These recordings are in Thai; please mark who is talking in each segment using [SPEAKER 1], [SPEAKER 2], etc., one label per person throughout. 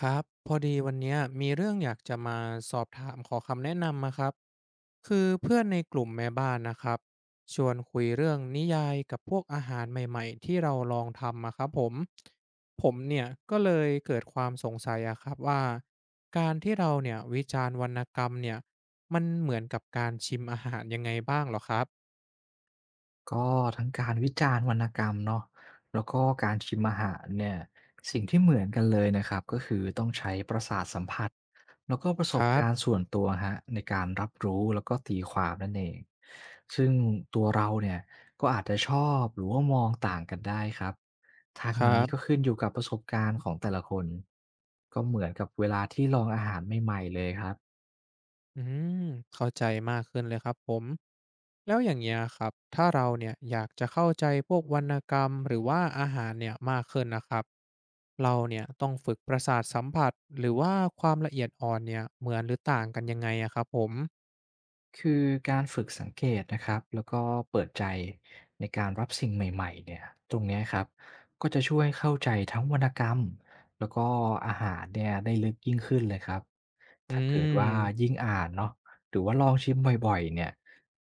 [SPEAKER 1] ครับพอดีวันเนี้ยมีเรื่องอยากจะมาสอบถามขอคำแนะนำนะครับคือเพื่อนในกลุ่มแม่บ้านนะครับชวนคุยเรื่องนิยายกับพวกอาหารใหม่ๆที่เราลองทำอะครับผมผมเนี่ยก็เลยเกิดความสงสัยอะครับว่าการที่เราเนี่ยวิจารณ์วรรณกรรมเนี่ยมันเหมือนกับการชิมอาหารยังไงบ้างเหรอครับ
[SPEAKER 2] ก็ทั้งการวิจารณ์วรรณกรรมเนาะแล้วก็การชิมอาหารเนี่ยสิ่งที่เหมือนกันเลยนะครับก็คือต้องใช้ประสาทสัมผัสแล้วก็ประส
[SPEAKER 1] ค
[SPEAKER 2] บ
[SPEAKER 1] รับ
[SPEAKER 2] การณ์ส่วนตัวฮะในการรับรู้แล้วก็ตีความนั่นเองซึ่งตัวเราเนี่ยก็อาจจะชอบหรือว่ามองต่างกันได้ครับทาง
[SPEAKER 1] ครั
[SPEAKER 2] นี้ก็
[SPEAKER 1] บ
[SPEAKER 2] ขึ้นอยู่กับประสบการณ์ของแต่ละคนก็เหมือนกับเวลาที่ลองอาหารใหม่ๆเลยครับ
[SPEAKER 1] อืมเข้าใจมากขึ้นเลยครับผม แล้วอย่างเงี้ยครับ ถ้าเราเนี่ยอยากจะเข้าใจพวกวรรณกรรมหรือว่าอาหารเนี่ยมากขึ้นนะครับ เราเนี่ยต้องฝึกประสาทสัมผัสหรือว่าความละเอียดอ่อนเนี่ยเหมือนหรือต่างกันยังไงอะครับผม
[SPEAKER 2] คือการฝึกสังเกตนะครับแล้วก็เปิดใจในการรับสิ่งใหม่ๆเนี่ยตรงเนี้ยครับก็จะช่วยเข้าใจทั้งวรรณกรรมแล้วก็อาหารเนี่ยได้ลึกยิ่งขึ้นเลยครับ
[SPEAKER 1] อื
[SPEAKER 2] ถ้าเกิดว่ายิ่
[SPEAKER 1] ม
[SPEAKER 2] งอ่านเนาะหรือว่าลองชิมบ่อยๆเนี่ย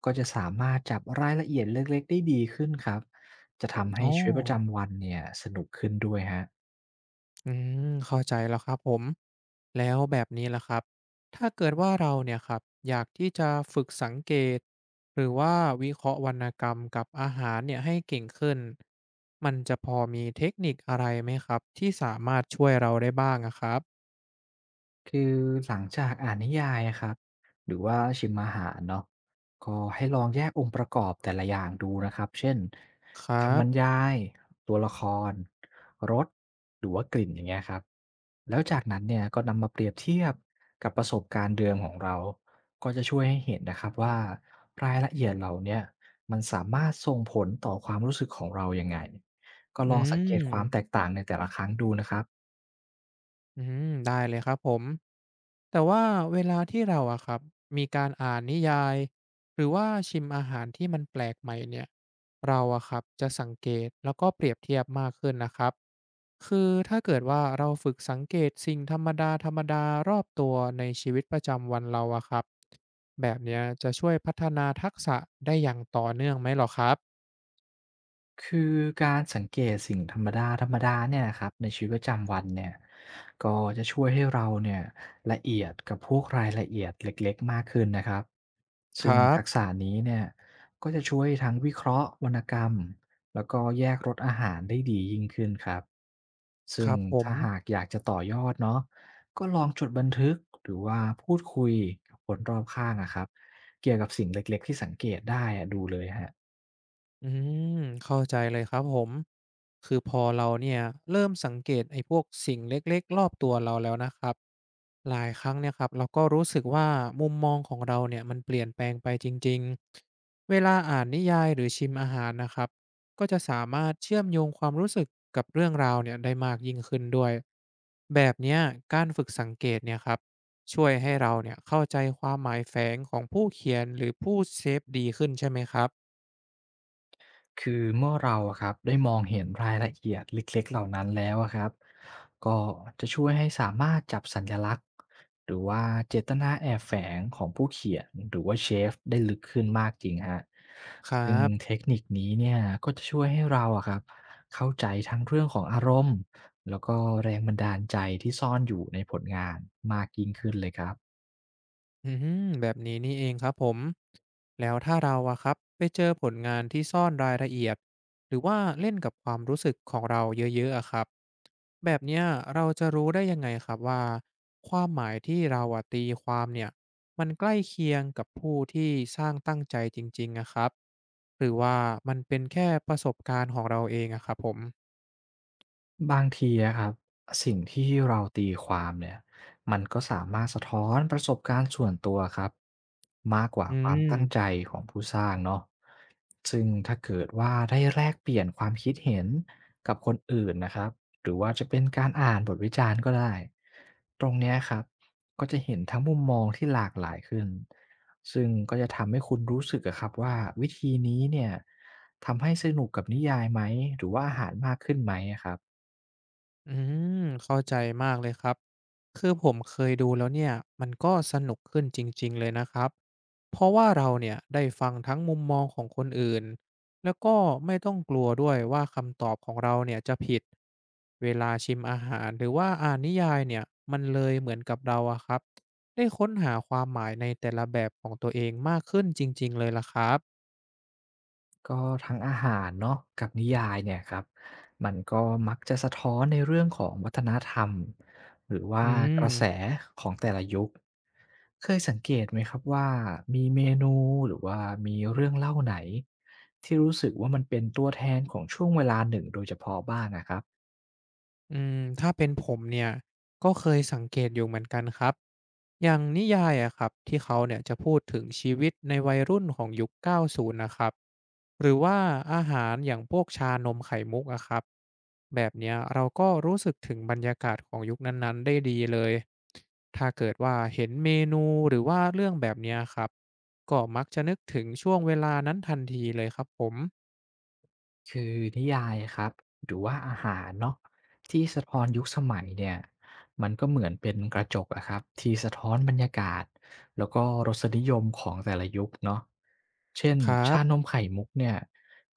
[SPEAKER 2] ก็จะสามารถจับรายละเอียดเล็กๆได้ดีขึ้นครับจะทำให้
[SPEAKER 1] อ๋อ
[SPEAKER 2] ชีวิตประจำวันเนี่ยสนุกขึ้นด้วยฮะ
[SPEAKER 1] อืมเข้าใจแล้วครับผมแล้วแบบนี้ล่ะครับถ้าเกิดว่าเราเนี่ยครับอยากที่จะฝึกสังเกตหรือว่าวิเคราะห์วรรณกรรมกับอาหารเนี่ยให้เก่งขึ้นมันจะพอมีเทคนิคอะไรไหมครับที่สามารถช่วยเราได้บ้างอะครับ
[SPEAKER 2] คือหลังจากอ่านนิยายอะครับหรือว่าชิมอาหารเนาะก็ให้ลองแยกองค์ประกอบแต่ละอย่างดูนะครับเช่น
[SPEAKER 1] ครั
[SPEAKER 2] คำบรร
[SPEAKER 1] บ
[SPEAKER 2] ยายตัวละครรสหรือว่ากลิ่นอย่างเงี้ยครับแล้วจากนั้นเนี่ยก็นำมาเปรียบเทียบกับประสบการณ์เดิมของเราก็จะช่วยให้เห็นนะครับว่ารายละเอียดเหล่าเนี้ยมันสามารถส่งผลต่อความรู้สึกของเรายังไงก็
[SPEAKER 1] อื
[SPEAKER 2] ลองสังเกตความแตก
[SPEAKER 1] ม
[SPEAKER 2] ต่างในแต่ละครั้งดูนะครับ
[SPEAKER 1] อืมได้เลยครับผมแต่ว่าเวลาที่เราอะครับมีการอ่านนิยายหรือว่าชิมอาหารที่มันแปลกใหม่เนี่ยเราอะครับจะสังเกตแล้วก็เปรียบเทียบมากขึ้นนะครับคือถ้าเกิดว่าเราฝึกสังเกตสิ่งธรรมดาธรรมดารอบตัวในชีวิตประจำวันเราอะครับแบบเนี้ยจะช่วยพัฒนาทักษะได้อย่างต่อเนื่องไหมหรอครับ
[SPEAKER 2] คือการสังเกตสิ่งธรรมดาๆเนี่ยนะครับในชีวิตประจำวันเนี่ยก็จะช่วยให้เราเนี่ยละเอียดกับพวกรายละเอียดเล็กๆมากขึ้นนะครับ
[SPEAKER 1] ค
[SPEAKER 2] ซึ่ง
[SPEAKER 1] รั
[SPEAKER 2] ทัก
[SPEAKER 1] บ
[SPEAKER 2] ษะนี้เนี่ยก็จะช่วยทั้งวิเคราะห์วรรณกรรมแล้วก็แยกรสอาหารได้ดียิ่งขึ้นครับ
[SPEAKER 1] ค
[SPEAKER 2] ซึ่ง
[SPEAKER 1] รับผม
[SPEAKER 2] ถ้าหากอยากจะต่อยอดเนาะก็ลองจดบันทึกหรือว่าพูดคุยกับคนรอบข้างอะครับเกี่ยวกับสิ่งเล็กๆที่สังเกตได้อะดูเลยฮะ
[SPEAKER 1] อืมเข้าใจเลยครับผมคือพอเราเนี่ยเริ่มสังเกตไอ้พวกสิ่งเล็กๆรอบตัวเราแล้วนะครับหลายครั้งเนี่ยครับเราก็รู้สึกว่ามุมมองของเราเนี่ยมันเปลี่ยนแปลงไปจริงๆเวลาอ่านนิยายหรือชิมอาหารนะครับก็จะสามารถเชื่อมโยงความรู้สึกกับเรื่องราวเนี่ยได้มากยิ่งขึ้นด้วยแบบเนี้ยการฝึกสังเกตเนี่ยครับช่วยให้เราเนี่ยเข้าใจความหมายแฝงของผู้เขียนหรือผู้เซฟดีขึ้นใช่ไหมครับ
[SPEAKER 2] คือเมื่อเราอะครับได้มองเห็นรายละเอียดเล็กๆเหล่านั้นแล้วอะครับก็จะช่วยให้สามารถจับสัญลักษณ์หรือว่าเจตนาแอบแฝงของผู้เขียนหรือว่าเชฟได้ลึกขึ้นมากจริงฮะ
[SPEAKER 1] ครั
[SPEAKER 2] ซึ่งเท
[SPEAKER 1] บ
[SPEAKER 2] คนิคนี้เนี่ยก็จะช่วยให้เราอะครับเข้าใจทั้งเรื่องของอารมณ์แล้วก็แรงบันดาลใจที่ซ่อนอยู่ในผลงานมากยิ่งขึ้นเลยครับ
[SPEAKER 1] อืมแบบนี้นี่เองครับผมแล้วถ้าเราอะครับไปเจอผลงานที่ซ่อนรายละเอียดหรือว่าเล่นกับความรู้สึกของเราเยอะๆอะครับแบบเนี้ยเราจะรู้ได้ยังไงครับว่าความหมายที่เราอะตีความเนี่ยมันใกล้เคียงกับผู้ที่สร้างตั้งใจจริงๆอะครับหรือว่ามันเป็นแค่ประสบการณ์ของเราเองอะครับผม
[SPEAKER 2] บางทีอะครับสิ่งที่เราตีความเนี่ยมันก็สามารถสะท้อนประสบการณ์ส่วนตัวครับมากกว่า
[SPEAKER 1] อื
[SPEAKER 2] ความตั้งใจ
[SPEAKER 1] ม
[SPEAKER 2] ของผู้สร้างเนาะซึ่งถ้าเกิดว่าได้แลกเปลี่ยนความคิดเห็นกับคนอื่นนะครับหรือว่าจะเป็นการอ่านบทวิจารณ์ก็ได้ตรงเนี้ยครับก็จะเห็นทั้งมุมมองที่หลากหลายขึ้นซึ่งก็จะทำให้คุณรู้สึกอะครับว่าวิธีนี้เนี่ยทำให้สนุกกับนิยายไหมหรือว่าอาหารมากขึ้นไหมอะครับ
[SPEAKER 1] อืมเข้าใจมากเลยครับคือผมเคยดูแล้วเนี่ยมันก็สนุกขึ้นจริงๆเลยนะครับเพราะว่าเราเนี่ยได้ฟังทั้งมุมมองของคนอื่นแล้วก็ไม่ต้องกลัวด้วยว่าคำตอบของเราเนี่ยจะผิดเวลาชิมอาหารหรือว่าอ่านนิยายเนี่ยมันเลยเหมือนกับเราอะครับได้ค้นหาความหมายในแต่ละแบบของตัวเองมากขึ้นจริงๆเลยล่ะครับ
[SPEAKER 2] ก็ทั้งอาหารเนาะกับนิยายเนี่ยครับมันก็มักจะสะท้อนในเรื่องของวัฒนธรรมหรือ
[SPEAKER 1] อื
[SPEAKER 2] ว่ากระแส
[SPEAKER 1] ม
[SPEAKER 2] ของแต่ละยุคเคยสังเกตไหมครับว่ามีเมนูหรือว่ามีเรื่องเล่าไหนที่รู้สึกว่ามันเป็นตัวแทนของช่วงเวลาหนึ่งโดยเฉพาะบ้างนะครับ
[SPEAKER 1] อืมถ้าเป็นผมเนี่ยก็เคยสังเกตอยู่เหมือนกันครับอย่างนิยายอะครับที่เขาเนี่ยจะพูดถึงชีวิตในวัยรุ่นของยุค90นะครับหรือว่าอาหารอย่างพวกชานมไข่มุกอะครับแบบเนี้ยเราก็รู้สึกถึงบรรยากาศของยุคนั้นๆได้ดีเลยถ้าเกิดว่าเห็นเมนูหรือว่าเรื่องแบบเนี้ยครับก็มักจะนึกถึงช่วงเวลานั้นทันทีเลยครับผม
[SPEAKER 2] คือนิยายครับหรือว่าอาหารเนาะที่สะท้อนยุคสมัยเนี่ยมันก็เหมือนเป็นกระจกอะครับที่สะท้อนบรรยากาศแล้วก็รสนิยมของแต่ละยุคเนาะเช่น
[SPEAKER 1] ครั
[SPEAKER 2] ชาน
[SPEAKER 1] บ
[SPEAKER 2] มไข่มุกเนี่ย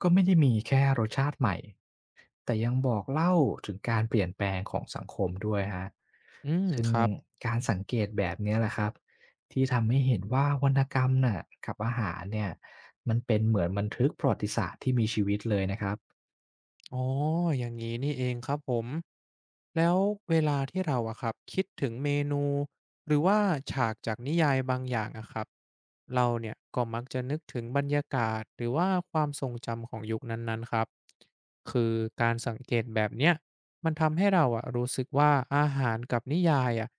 [SPEAKER 2] ก็ไม่ได้มีแค่รสชาติใหม่แต่ยังบอกเล่าถึงการเปลี่ยนแปลงของสังคมด้วยฮะ
[SPEAKER 1] อืม
[SPEAKER 2] ซึ่ง
[SPEAKER 1] ครับ
[SPEAKER 2] การสังเกตแบบเนี้ยแหละครับที่ทำให้เห็นว่าวรรณกรรมน่ะกับอาหารเนี่ย มันเป็นเหมือนบันทึกประวัติศาสตร์ที่มีชีวิตเลยนะครับ
[SPEAKER 1] อ๋ออย่างนี้นี่เองครับผมแล้วเวลาที่เราอะครับคิดถึงเมนูหรือว่าฉากจากนิยายบางอย่างอะครับเราเนี่ยก็มักจะนึกถึงบรรยากาศหรือว่าความทรงจำของยุคนั้นๆครับคือการสังเกตแบบเนี้ยมันทำให้เราอะรู้สึกว่าอาหารกับนิยายอะ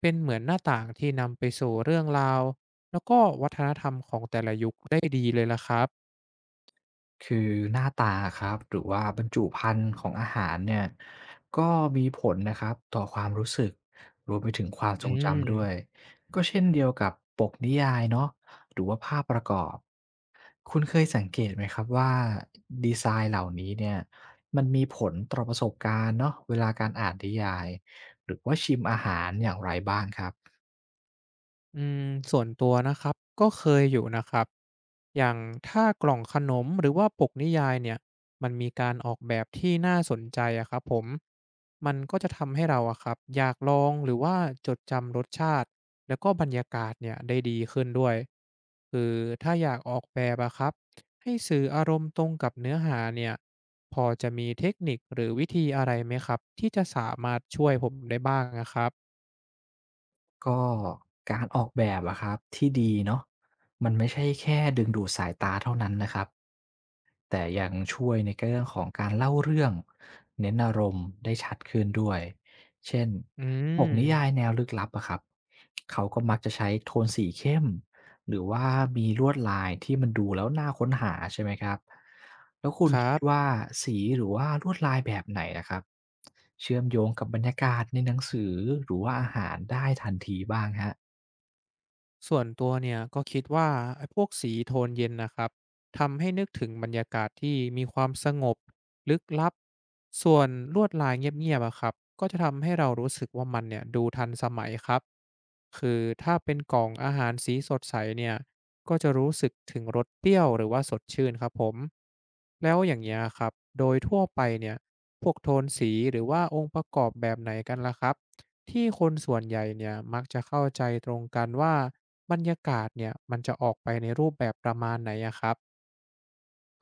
[SPEAKER 1] เป็นเหมือนหน้าต่างที่นำไปสู่เรื่องราวแล้วก็วัฒนธรรมของแต่ละยุคได้ดีเลยละครับ
[SPEAKER 2] คือหน้าตาครับ หรือว่าบรรจุภัณฑ์ของอาหารเนี่ยก็มีผลนะครับต่อความรู้สึกรวมไปถึงความท
[SPEAKER 1] อื
[SPEAKER 2] รงจำด้วย
[SPEAKER 1] ม
[SPEAKER 2] ก็เช่นเดียวกับปกนิยายเนาะหรือว่าภาพประกอบ คุณเคยสังเกตไหมครับว่าดีไซน์เหล่านี้เนี่ยมันมีผลต่อประสบการณ์เนาะเวลาการอ่านนิยายหรือว่าชิมอาหารอย่างไรบ้างครับ
[SPEAKER 1] อืมส่วนตัวนะครับก็เคยอยู่นะครับอย่างถ้ากล่องขนมหรือว่าปกนิยายเนี่ยมันมีการออกแบบที่น่าสนใจอะครับผมมันก็จะทำให้เราอะครับอยากลองหรือว่าจดจำรสชาติแล้วก็บรรยากาศเนี่ยได้ดีขึ้นด้วยคือถ้าอยากออกแบบอะครับให้สื่ออารมณ์ตรงกับเนื้อหาเนี่ยพอจะมีเทคนิคหรือวิธีอะไรไหมครับที่จะสามารถช่วยผมได้บ้างนะครับ
[SPEAKER 2] ก็การออกแบบอะครับที่ดีเนาะมันไม่ใช่แค่ดึงดูดสายตาเท่านั้นนะครับแต่ยังช่วยในเรื่องของการเล่าเรื่องเน้นอารมณ์ได้ชัดขึ้นด้วยเช่น
[SPEAKER 1] อื
[SPEAKER 2] ป
[SPEAKER 1] ม
[SPEAKER 2] กนิยายแนวลึกลับอะครับเขาก็มักจะใช้โทนสีเข้มหรือว่ามีลวดลายที่มันดูแล้วน่าค้นหาใช่ไหมครับแล้วคุ
[SPEAKER 1] ค
[SPEAKER 2] ณ
[SPEAKER 1] รั
[SPEAKER 2] คิด
[SPEAKER 1] บ
[SPEAKER 2] ว่าสีหรือว่าลวดลายแบบไหนนะครับเชื่อมโยงกับบรรยากาศในหนังสือหรือว่าอาหารได้ทันทีบ้างฮะ
[SPEAKER 1] ส่วนตัวเนี่ยก็คิดว่าไอ้พวกสีโทนเย็นนะครับทำให้นึกถึงบรรยากาศที่มีความสงบลึกลับส่วนลวดลายเงียบๆอะครับก็จะทำให้เรารู้สึกว่ามันเนี่ยดูทันสมัยครับคือถ้าเป็นกล่องอาหารสีสดใสเนี่ยก็จะรู้สึกถึงรสเปรี้ยวหรือว่าสดชื่นครับผมแล้วอย่างเงี้ยครับโดยทั่วไปเนี่ยพวกโทนสีหรือว่าองค์ประกอบแบบไหนกันล่ะครับ ที่คนส่วนใหญ่เนี่ยมักจะเข้าใจตรงกันว่าบรรยากาศเนี่ยมันจะออกไปในรูปแบบประมาณไหนอะครับ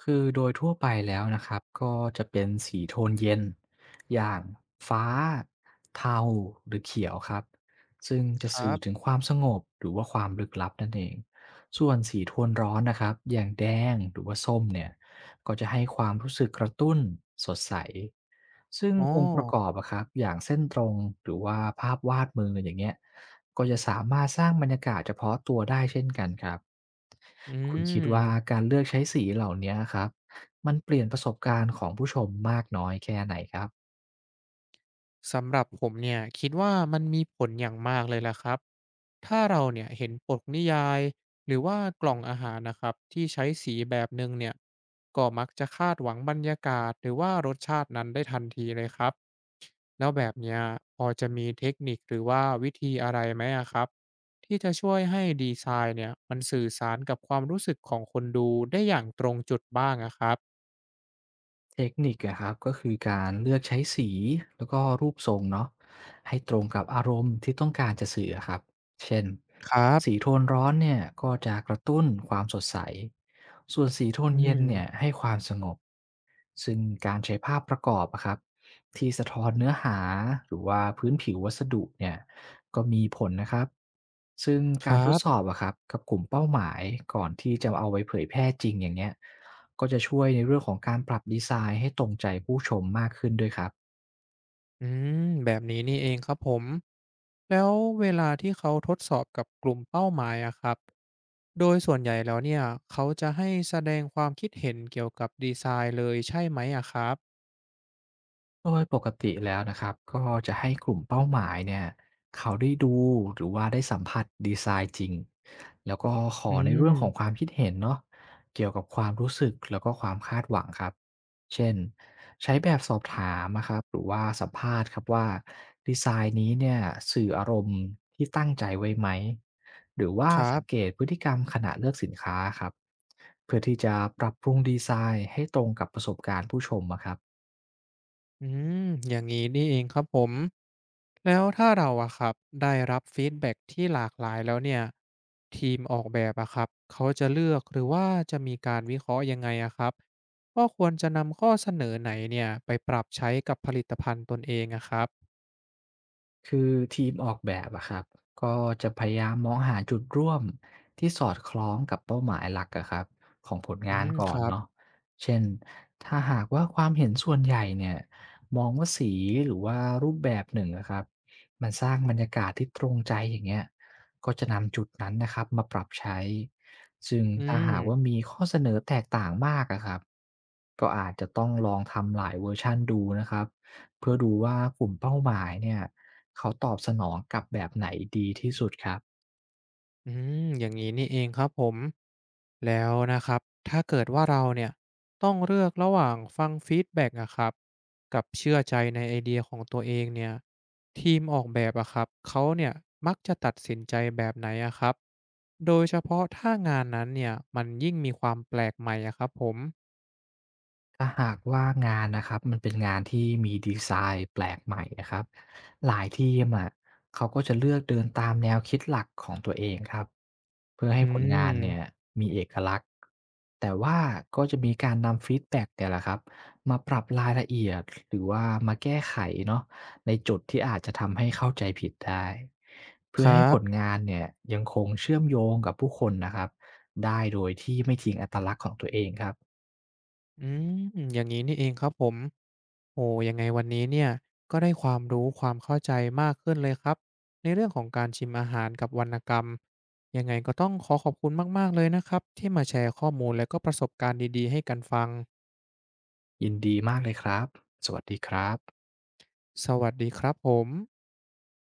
[SPEAKER 2] คือโดยทั่วไปแล้วนะครับก็จะเป็นสีโทนเย็นอย่างฟ้าเทาหรือเขียวครับซึ่งจะ
[SPEAKER 1] ครั
[SPEAKER 2] สื่อ
[SPEAKER 1] บ
[SPEAKER 2] ถึงความสงบหรือว่าความลึกลับนั่นเองส่วนสีโทนร้อนนะครับอย่างแดงหรือว่าส้มเนี่ยก็จะให้ความรู้สึกกระตุ้นสดใส ซึ่ง
[SPEAKER 1] อ๋อ
[SPEAKER 2] องค์ประกอบอะครับอย่างเส้นตรงหรือว่าภาพวาดมืออย่างเงี้ยก็จะสามารถสร้างบรรยากาศเฉพาะตัวได้เช่นกันครับ
[SPEAKER 1] อื
[SPEAKER 2] คุณคิดว่า
[SPEAKER 1] ม
[SPEAKER 2] การเลือกใช้สีเหล่านี้ครับมันเปลี่ยนประสบการณ์ของผู้ชมมากน้อยแค่ไหนครับ
[SPEAKER 1] สำหรับผมเนี่ยคิดว่ามันมีผลอย่างมากเลยล่ะครับถ้าเราเนี่ยเห็นปกนิยายหรือว่ากล่องอาหารนะครับที่ใช้สีแบบหนึ่งเนี่ยก็มักจะคาดหวังบรรยากาศหรือว่ารสชาตินั้นได้ทันทีเลยครับ แล้วแบบเนี้ยพอจะมีเทคนิคหรือว่าวิธีอะไรไหมอะครับที่จะช่วยให้ดีไซน์เนี่ยมันสื่อสารกับความรู้สึกของคนดูได้อย่างตรงจุดบ้างอะครับ
[SPEAKER 2] เทคนิคอะครับก็คือการเลือกใช้สีแล้วก็รูปทรงเนาะให้ตรงกับอารมณ์ที่ต้องการจะสื่ออะครับเช่น
[SPEAKER 1] ครั
[SPEAKER 2] สี
[SPEAKER 1] บ
[SPEAKER 2] โทนร้อนเนี่ยก็จะกระตุ้นความสดใสส่วนสีโทน
[SPEAKER 1] อื
[SPEAKER 2] เย็นเนี่
[SPEAKER 1] ม
[SPEAKER 2] ยให้ความสงบซึ่งการใช้ภาพประกอบอะครับที่สะท้อนเนื้อหาหรือว่าพื้นผิววัสดุเนี่ยก็มีผลนะครับซึ่ง
[SPEAKER 1] ค
[SPEAKER 2] การ
[SPEAKER 1] รั
[SPEAKER 2] ทดสอ
[SPEAKER 1] บ
[SPEAKER 2] บอะครับกับกลุ่มเป้าหมายก่อนที่จะเอาไว้เผยแพร่จริงอย่างเงี้ย ก็จะช่วยในเรื่องของการปรับดีไซน์ให้ตรงใจผู้ชมมากขึ้นด้วยครับ
[SPEAKER 1] อืมแบบนี้นี่เองครับผมแล้วเวลาที่เขาทดสอบกับกลุ่มเป้าหมายอะครับโดยส่วนใหญ่แล้วเนี่ยเขาจะให้แสดงความคิดเห็นเกี่ยวกับดีไซน์เลยใช่ไหมอะครับ
[SPEAKER 2] โดยปกติแล้วนะครับก็จะให้กลุ่มเป้าหมายเนี่ยเขาได้ดูหรือว่าได้สัมผัสดีไซน์จริงแล้วก็ข
[SPEAKER 1] อื
[SPEAKER 2] อในเรื่องของค
[SPEAKER 1] ม
[SPEAKER 2] วามคิดเห็นเนาะเกี่ยวกับความรู้สึกแล้วก็ความคาดหวังครับเช่นใช้แบบสอบถามนะครับหรือว่าสัมภาษณ์ครับว่าดีไซน์นี้เนี่ยสื่ออารมณ์ที่ตั้งใจไว้ไหมหรือว่า
[SPEAKER 1] ครั
[SPEAKER 2] สังเก
[SPEAKER 1] บ
[SPEAKER 2] ตพฤติกรรมขณะเลือกสินค้าครับเพื่อที่จะปรับปรุงดีไซน์ให้ตรงกับประสบการณ์ผู้ชมอะครับ
[SPEAKER 1] อืมอย่างนี้นี่เองครับผมแล้วถ้าเราอะครับได้รับฟีดแบ็กที่หลากหลายแล้วเนี่ยทีมออกแบบอะครับเขาจะเลือกหรือว่าจะมีการวิเคราะห์ยังไงอะครับว่าควรจะนำข้อเสนอไหนเนี่ยไปปรับใช้กับผลิตภัณฑ์ตนเองอะครับ
[SPEAKER 2] คือทีมออกแบบอะครับก็จะพยายามมองหาจุดร่วมที่สอดคล้องกับเป้าหมายหลักอะครับของผล
[SPEAKER 1] อื
[SPEAKER 2] งาน
[SPEAKER 1] มค
[SPEAKER 2] ก่อน
[SPEAKER 1] รั
[SPEAKER 2] เนาะ
[SPEAKER 1] บ
[SPEAKER 2] เช่นถ้าหากว่าความเห็นส่วนใหญ่เนี่ยมองว่าสีหรือว่ารูปแบบหนึ่งอะครับมันสร้างบรรยากาศที่ตรงใจอย่างเงี้ยก็จะนำจุดนั้นนะครับมาปรับใช้ซึ่ง
[SPEAKER 1] อื
[SPEAKER 2] ถ้าหากว่า
[SPEAKER 1] ม
[SPEAKER 2] มีข้อเสนอแตกต่างมากอะครับก็อาจจะต้องลองทำหลายเวอร์ชันดูนะครับเพื่อดูว่ากลุ่มเป้าหมายเนี่ย เขาตอบสนองกับแบบไหนดีที่สุดครับ
[SPEAKER 1] อืมอย่างนี้นี่เองครับผมแล้วนะครับถ้าเกิดว่าเราเนี่ยต้องเลือกระหว่างฟังฟีดแบ็กอะครับกับเชื่อใจในไอเดียของตัวเองเนี่ยทีมออกแบบอะครับเขาเนี่ยมักจะตัดสินใจแบบไหนอะครับโดยเฉพาะถ้างานนั้นเนี่ยมันยิ่งมีความแปลกใหม่อะครับผม
[SPEAKER 2] ถ้าหากว่างานนะครับมันเป็นงานที่มีดีไซน์แปลกใหม่นะครับหลายทีมอะเขาก็จะเลือกเดินตามแนวคิดหลักของตัวเองครับเพื่อให้
[SPEAKER 1] อื
[SPEAKER 2] ผลงานเนี่ย
[SPEAKER 1] ม
[SPEAKER 2] มีเอกลักษณ์แต่ว่าก็จะมีการนำฟีดแบ็กเนี่ยแหละครับมาปรับรายละเอียดหรือว่ามาแก้ไขเนาะในจุดที่อาจจะทำให้เข้าใจผิดได้เพื่
[SPEAKER 1] ค
[SPEAKER 2] อให้
[SPEAKER 1] รั
[SPEAKER 2] ผล
[SPEAKER 1] บ
[SPEAKER 2] งานเนี่ยยังคงเชื่อมโยงกับผู้คนนะครับได้โดยที่ไม่ทิ้งอัตลักษณ์ของตัวเองครับ
[SPEAKER 1] อืมอย่างนี้นี่เองครับผมโอ้ยังไงวันนี้เนี่ยก็ได้ความรู้ความเข้าใจมากขึ้นเลยครับในเรื่องของการชิมอาหารกับวรรณกรรมยังไงก็ต้องขอขอบคุณมากๆเลยนะครับที่มาแชร์ข้อมูลและก็ประสบการณ์ดีๆให้กันฟัง
[SPEAKER 2] ยินดีมากเลยครับ สวัสดีครับ
[SPEAKER 1] สวัสดีครับผม